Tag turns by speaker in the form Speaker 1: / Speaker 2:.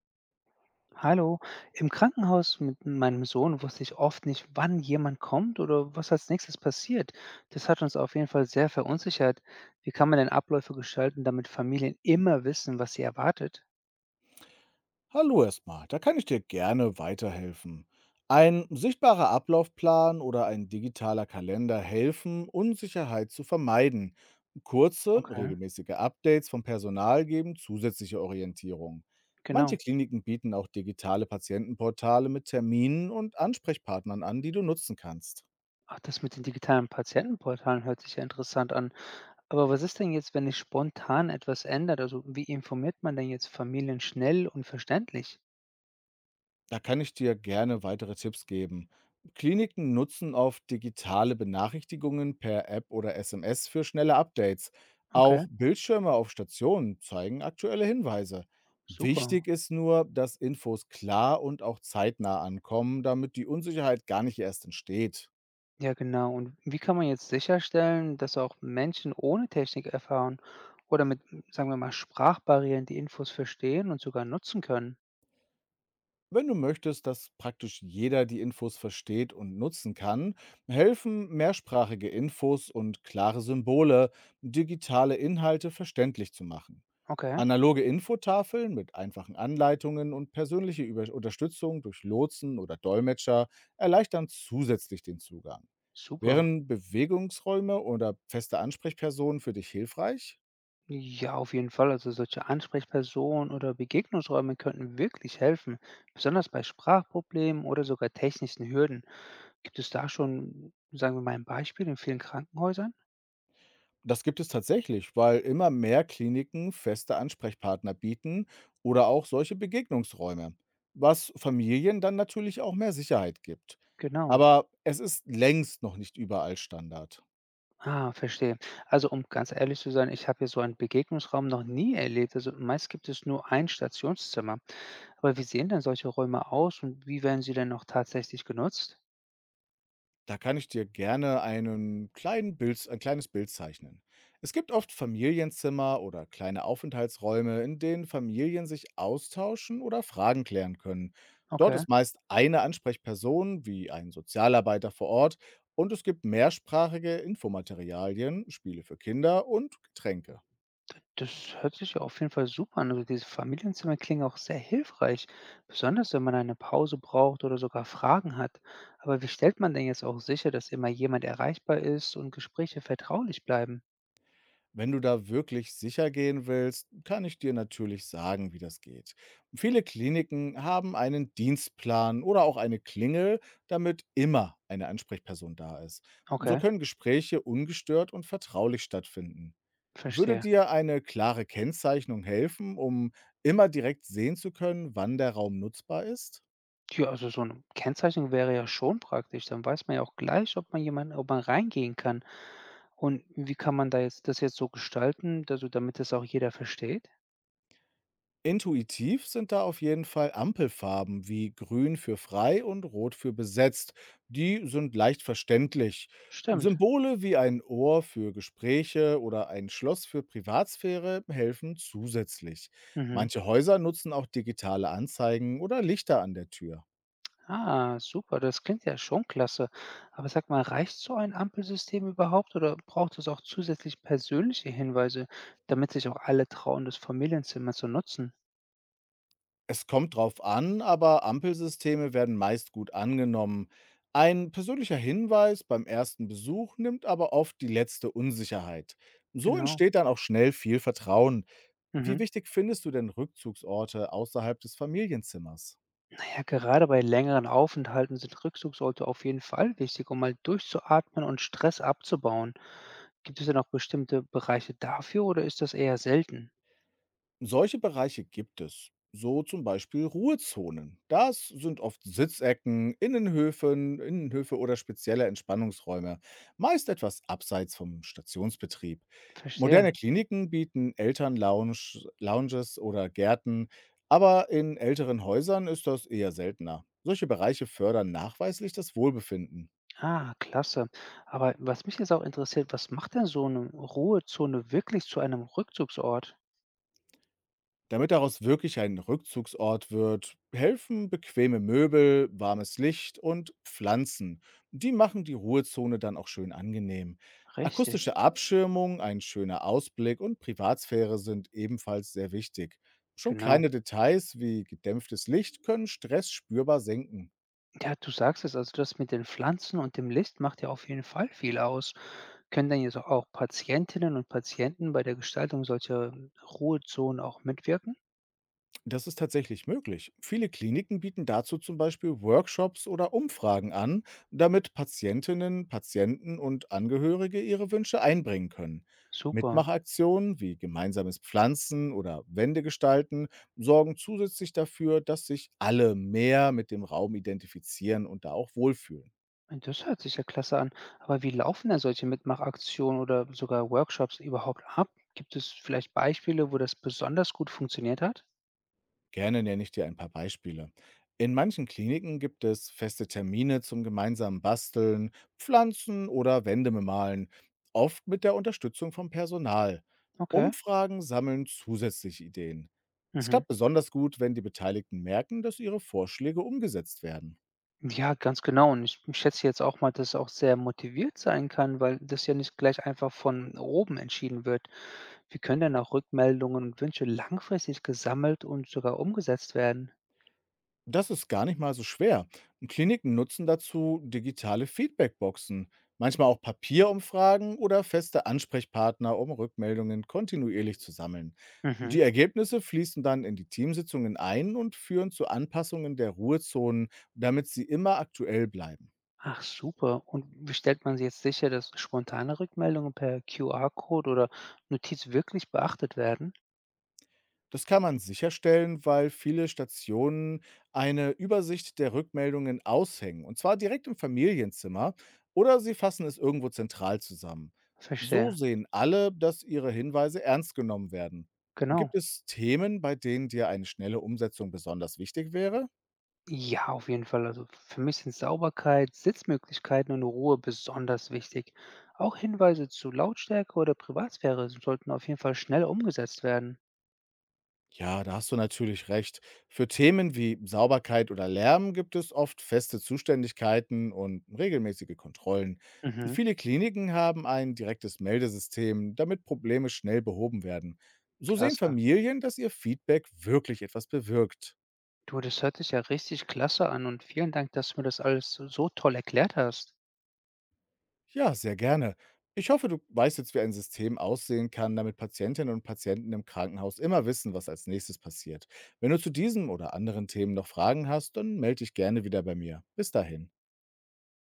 Speaker 1: Hallo, im Krankenhaus mit meinem Sohn wusste ich oft nicht, wann jemand kommt oder was als nächstes passiert. Das hat uns auf jeden Fall sehr verunsichert. Wie kann man denn Abläufe gestalten, damit Familien immer wissen, was sie erwartet?
Speaker 2: Hallo erstmal, da kann ich dir gerne weiterhelfen. Ein sichtbarer Ablaufplan oder ein digitaler Kalender helfen, Unsicherheit zu vermeiden. Kurze,
Speaker 1: Okay,
Speaker 2: regelmäßige Updates vom Personal geben zusätzliche Orientierung. Manche
Speaker 1: genau.
Speaker 2: Kliniken bieten auch digitale Patientenportale mit Terminen und Ansprechpartnern an, die du nutzen kannst.
Speaker 1: Ach, das mit den digitalen Patientenportalen hört sich ja interessant an. Aber was ist denn jetzt, wenn sich spontan etwas ändert? Also wie informiert man denn jetzt Familien schnell und verständlich?
Speaker 2: Da kann ich dir gerne weitere Tipps geben. Kliniken nutzen oft digitale Benachrichtigungen per App oder SMS für schnelle Updates.
Speaker 1: Okay,
Speaker 2: Auch Bildschirme auf Stationen zeigen aktuelle Hinweise.
Speaker 1: super.
Speaker 2: Wichtig ist nur, dass Infos klar und auch zeitnah ankommen, damit die Unsicherheit gar nicht erst entsteht.
Speaker 1: Ja, genau. Und wie kann man jetzt sicherstellen, dass auch Menschen ohne Technik erfahren oder mit, sagen wir mal, Sprachbarrieren die Infos verstehen und sogar nutzen können?
Speaker 2: Wenn du möchtest, dass praktisch jeder die Infos versteht und nutzen kann, helfen mehrsprachige Infos und klare Symbole, digitale Inhalte verständlich zu machen.
Speaker 1: Okay,
Speaker 2: Analoge Infotafeln mit einfachen Anleitungen und persönliche Über Unterstützung durch Lotsen oder Dolmetscher erleichtern zusätzlich den Zugang.
Speaker 1: super.
Speaker 2: Wären Bewegungsräume oder feste Ansprechpersonen für dich hilfreich?
Speaker 1: Ja, auf jeden Fall. Also solche Ansprechpersonen oder Begegnungsräume könnten wirklich helfen, besonders bei Sprachproblemen oder sogar technischen Hürden. Gibt es da schon, sagen wir mal, ein Beispiel in vielen Krankenhäusern?
Speaker 2: Das gibt es tatsächlich, weil immer mehr Kliniken feste Ansprechpartner bieten oder auch solche Begegnungsräume, was Familien dann natürlich auch mehr Sicherheit gibt.
Speaker 1: Genau.
Speaker 2: Aber es ist längst noch nicht überall Standard.
Speaker 1: Ah, verstehe. Also, um ganz ehrlich zu sein, ich habe hier so einen Begegnungsraum noch nie erlebt. Also, meist gibt es nur ein Stationszimmer. Aber wie sehen denn solche Räume aus und wie werden sie denn noch tatsächlich genutzt?
Speaker 2: Da kann ich dir gerne ein kleines Bild zeichnen. Es gibt oft Familienzimmer oder kleine Aufenthaltsräume, in denen Familien sich austauschen oder Fragen klären können. Dort
Speaker 1: Okay.
Speaker 2: ist meist eine Ansprechperson wie ein Sozialarbeiter vor Ort und es gibt mehrsprachige Infomaterialien, Spiele für Kinder und Getränke.
Speaker 1: Das hört sich ja auf jeden Fall super an. Also, diese Familienzimmer klingen auch sehr hilfreich, besonders wenn man eine Pause braucht oder sogar Fragen hat. Aber wie stellt man denn jetzt auch sicher, dass immer jemand erreichbar ist und Gespräche vertraulich bleiben?
Speaker 2: Wenn du da wirklich sicher gehen willst, kann ich dir natürlich sagen, wie das geht. Viele Kliniken haben einen Dienstplan oder auch eine Klingel, damit immer eine Ansprechperson da ist. So
Speaker 1: Okay,
Speaker 2: können Gespräche ungestört und vertraulich stattfinden. Würde
Speaker 1: verstehe.
Speaker 2: dir eine klare Kennzeichnung helfen, um immer direkt sehen zu können, wann der Raum nutzbar ist?
Speaker 1: Ja, also so eine Kennzeichnung wäre ja schon praktisch. Dann weiß man ja auch gleich, ob man reingehen kann. Und wie kann man da jetzt das jetzt so gestalten, also damit das auch jeder versteht?
Speaker 2: Intuitiv sind da auf jeden Fall Ampelfarben wie grün für frei und rot für besetzt. Die sind leicht verständlich.
Speaker 1: Stimmt.
Speaker 2: Symbole wie ein Ohr für Gespräche oder ein Schloss für Privatsphäre helfen zusätzlich.
Speaker 1: Mhm.
Speaker 2: Manche Häuser nutzen auch digitale Anzeigen oder Lichter an der Tür.
Speaker 1: Ah, super, das klingt ja schon klasse. Aber sag mal, reicht so ein Ampelsystem überhaupt oder braucht es auch zusätzlich persönliche Hinweise, damit sich auch alle trauen, das Familienzimmer zu nutzen?
Speaker 2: Es kommt drauf an, aber Ampelsysteme werden meist gut angenommen. Ein persönlicher Hinweis beim ersten Besuch nimmt aber oft die letzte Unsicherheit. So
Speaker 1: Genau.
Speaker 2: entsteht dann auch schnell viel Vertrauen. Wie
Speaker 1: Mhm.
Speaker 2: wichtig findest du denn Rückzugsorte außerhalb des Familienzimmers?
Speaker 1: Na ja, gerade bei längeren Aufenthalten sind Rückzugsorte auf jeden Fall wichtig, um mal durchzuatmen und Stress abzubauen. Gibt es denn auch bestimmte Bereiche dafür oder ist das eher selten?
Speaker 2: Solche Bereiche gibt es. So zum Beispiel Ruhezonen. Das sind oft Sitzecken, Innenhöfe oder spezielle Entspannungsräume, meist etwas abseits vom Stationsbetrieb.
Speaker 1: Verstehe.
Speaker 2: Moderne Kliniken bieten Lounges oder Gärten, aber in älteren Häusern ist das eher seltener. Solche Bereiche fördern nachweislich das Wohlbefinden.
Speaker 1: Ah, klasse. Aber was mich jetzt auch interessiert, was macht denn so eine Ruhezone wirklich zu einem Rückzugsort?
Speaker 2: Damit daraus wirklich ein Rückzugsort wird, helfen bequeme Möbel, warmes Licht und Pflanzen. Die machen die Ruhezone dann auch schön angenehm.
Speaker 1: Richtig,
Speaker 2: Akustische Abschirmung, ein schöner Ausblick und Privatsphäre sind ebenfalls sehr wichtig. Schon
Speaker 1: genau.
Speaker 2: kleine Details wie gedämpftes Licht können Stress spürbar senken.
Speaker 1: Ja, du sagst es, also das mit den Pflanzen und dem Licht macht ja auf jeden Fall viel aus. Können denn jetzt auch Patientinnen und Patienten bei der Gestaltung solcher Ruhezonen auch mitwirken?
Speaker 2: Das ist tatsächlich möglich. Viele Kliniken bieten dazu zum Beispiel Workshops oder Umfragen an, damit Patientinnen, Patienten und Angehörige ihre Wünsche einbringen können.
Speaker 1: Super.
Speaker 2: Mitmachaktionen wie gemeinsames Pflanzen oder Wände gestalten sorgen zusätzlich dafür, dass sich alle mehr mit dem Raum identifizieren und da auch wohlfühlen.
Speaker 1: Das hört sich ja klasse an. Aber wie laufen denn solche Mitmachaktionen oder sogar Workshops überhaupt ab? Gibt es vielleicht Beispiele, wo das besonders gut funktioniert hat?
Speaker 2: Gerne nenne ich dir ein paar Beispiele. In manchen Kliniken gibt es feste Termine zum gemeinsamen Basteln, Pflanzen oder Wände bemalen, oft mit der Unterstützung vom Personal.
Speaker 1: Okay.
Speaker 2: Umfragen sammeln zusätzliche Ideen. Es
Speaker 1: Mhm.
Speaker 2: klappt besonders gut, wenn die Beteiligten merken, dass ihre Vorschläge umgesetzt werden.
Speaker 1: Ja, ganz genau. Und ich schätze jetzt auch mal, dass es auch sehr motiviert sein kann, weil das ja nicht gleich einfach von oben entschieden wird. Wie können denn auch Rückmeldungen und Wünsche langfristig gesammelt und sogar umgesetzt werden?
Speaker 2: Das ist gar nicht mal so schwer. Und Kliniken nutzen dazu digitale Feedbackboxen, manchmal auch Papierumfragen oder feste Ansprechpartner, um Rückmeldungen kontinuierlich zu sammeln. Die
Speaker 1: Mhm.
Speaker 2: Ergebnisse fließen dann in die Teamsitzungen ein und führen zu Anpassungen der Ruhezonen, damit sie immer aktuell bleiben.
Speaker 1: Ach super. Und wie stellt man sich jetzt sicher, dass spontane Rückmeldungen per QR-Code oder Notiz wirklich beachtet werden?
Speaker 2: Das kann man sicherstellen, weil viele Stationen eine Übersicht der Rückmeldungen aushängen, und zwar direkt im Familienzimmer oder sie fassen es irgendwo zentral zusammen. So
Speaker 1: Verstehe.
Speaker 2: sehen alle, dass ihre Hinweise ernst genommen werden. Gibt
Speaker 1: Genau.
Speaker 2: es Themen, bei denen dir eine schnelle Umsetzung besonders wichtig wäre?
Speaker 1: Ja, auf jeden Fall. Also für mich sind Sauberkeit, Sitzmöglichkeiten und Ruhe besonders wichtig. Auch Hinweise zu Lautstärke oder Privatsphäre sollten auf jeden Fall schnell umgesetzt werden.
Speaker 2: Ja, da hast du natürlich recht. Für Themen wie Sauberkeit oder Lärm gibt es oft feste Zuständigkeiten und regelmäßige Kontrollen.
Speaker 1: Mhm,
Speaker 2: Viele Kliniken haben ein direktes Meldesystem, damit Probleme schnell behoben werden. So sehen
Speaker 1: klasse.
Speaker 2: Familien, dass ihr Feedback wirklich etwas bewirkt.
Speaker 1: Du, das hört sich ja richtig klasse an und vielen Dank, dass du mir das alles so toll erklärt hast.
Speaker 2: Ja, sehr gerne. Ich hoffe, du weißt jetzt, wie ein System aussehen kann, damit Patientinnen und Patienten im Krankenhaus immer wissen, was als nächstes passiert. Wenn du zu diesem oder anderen Themen noch Fragen hast, dann melde dich gerne wieder bei mir. Bis dahin.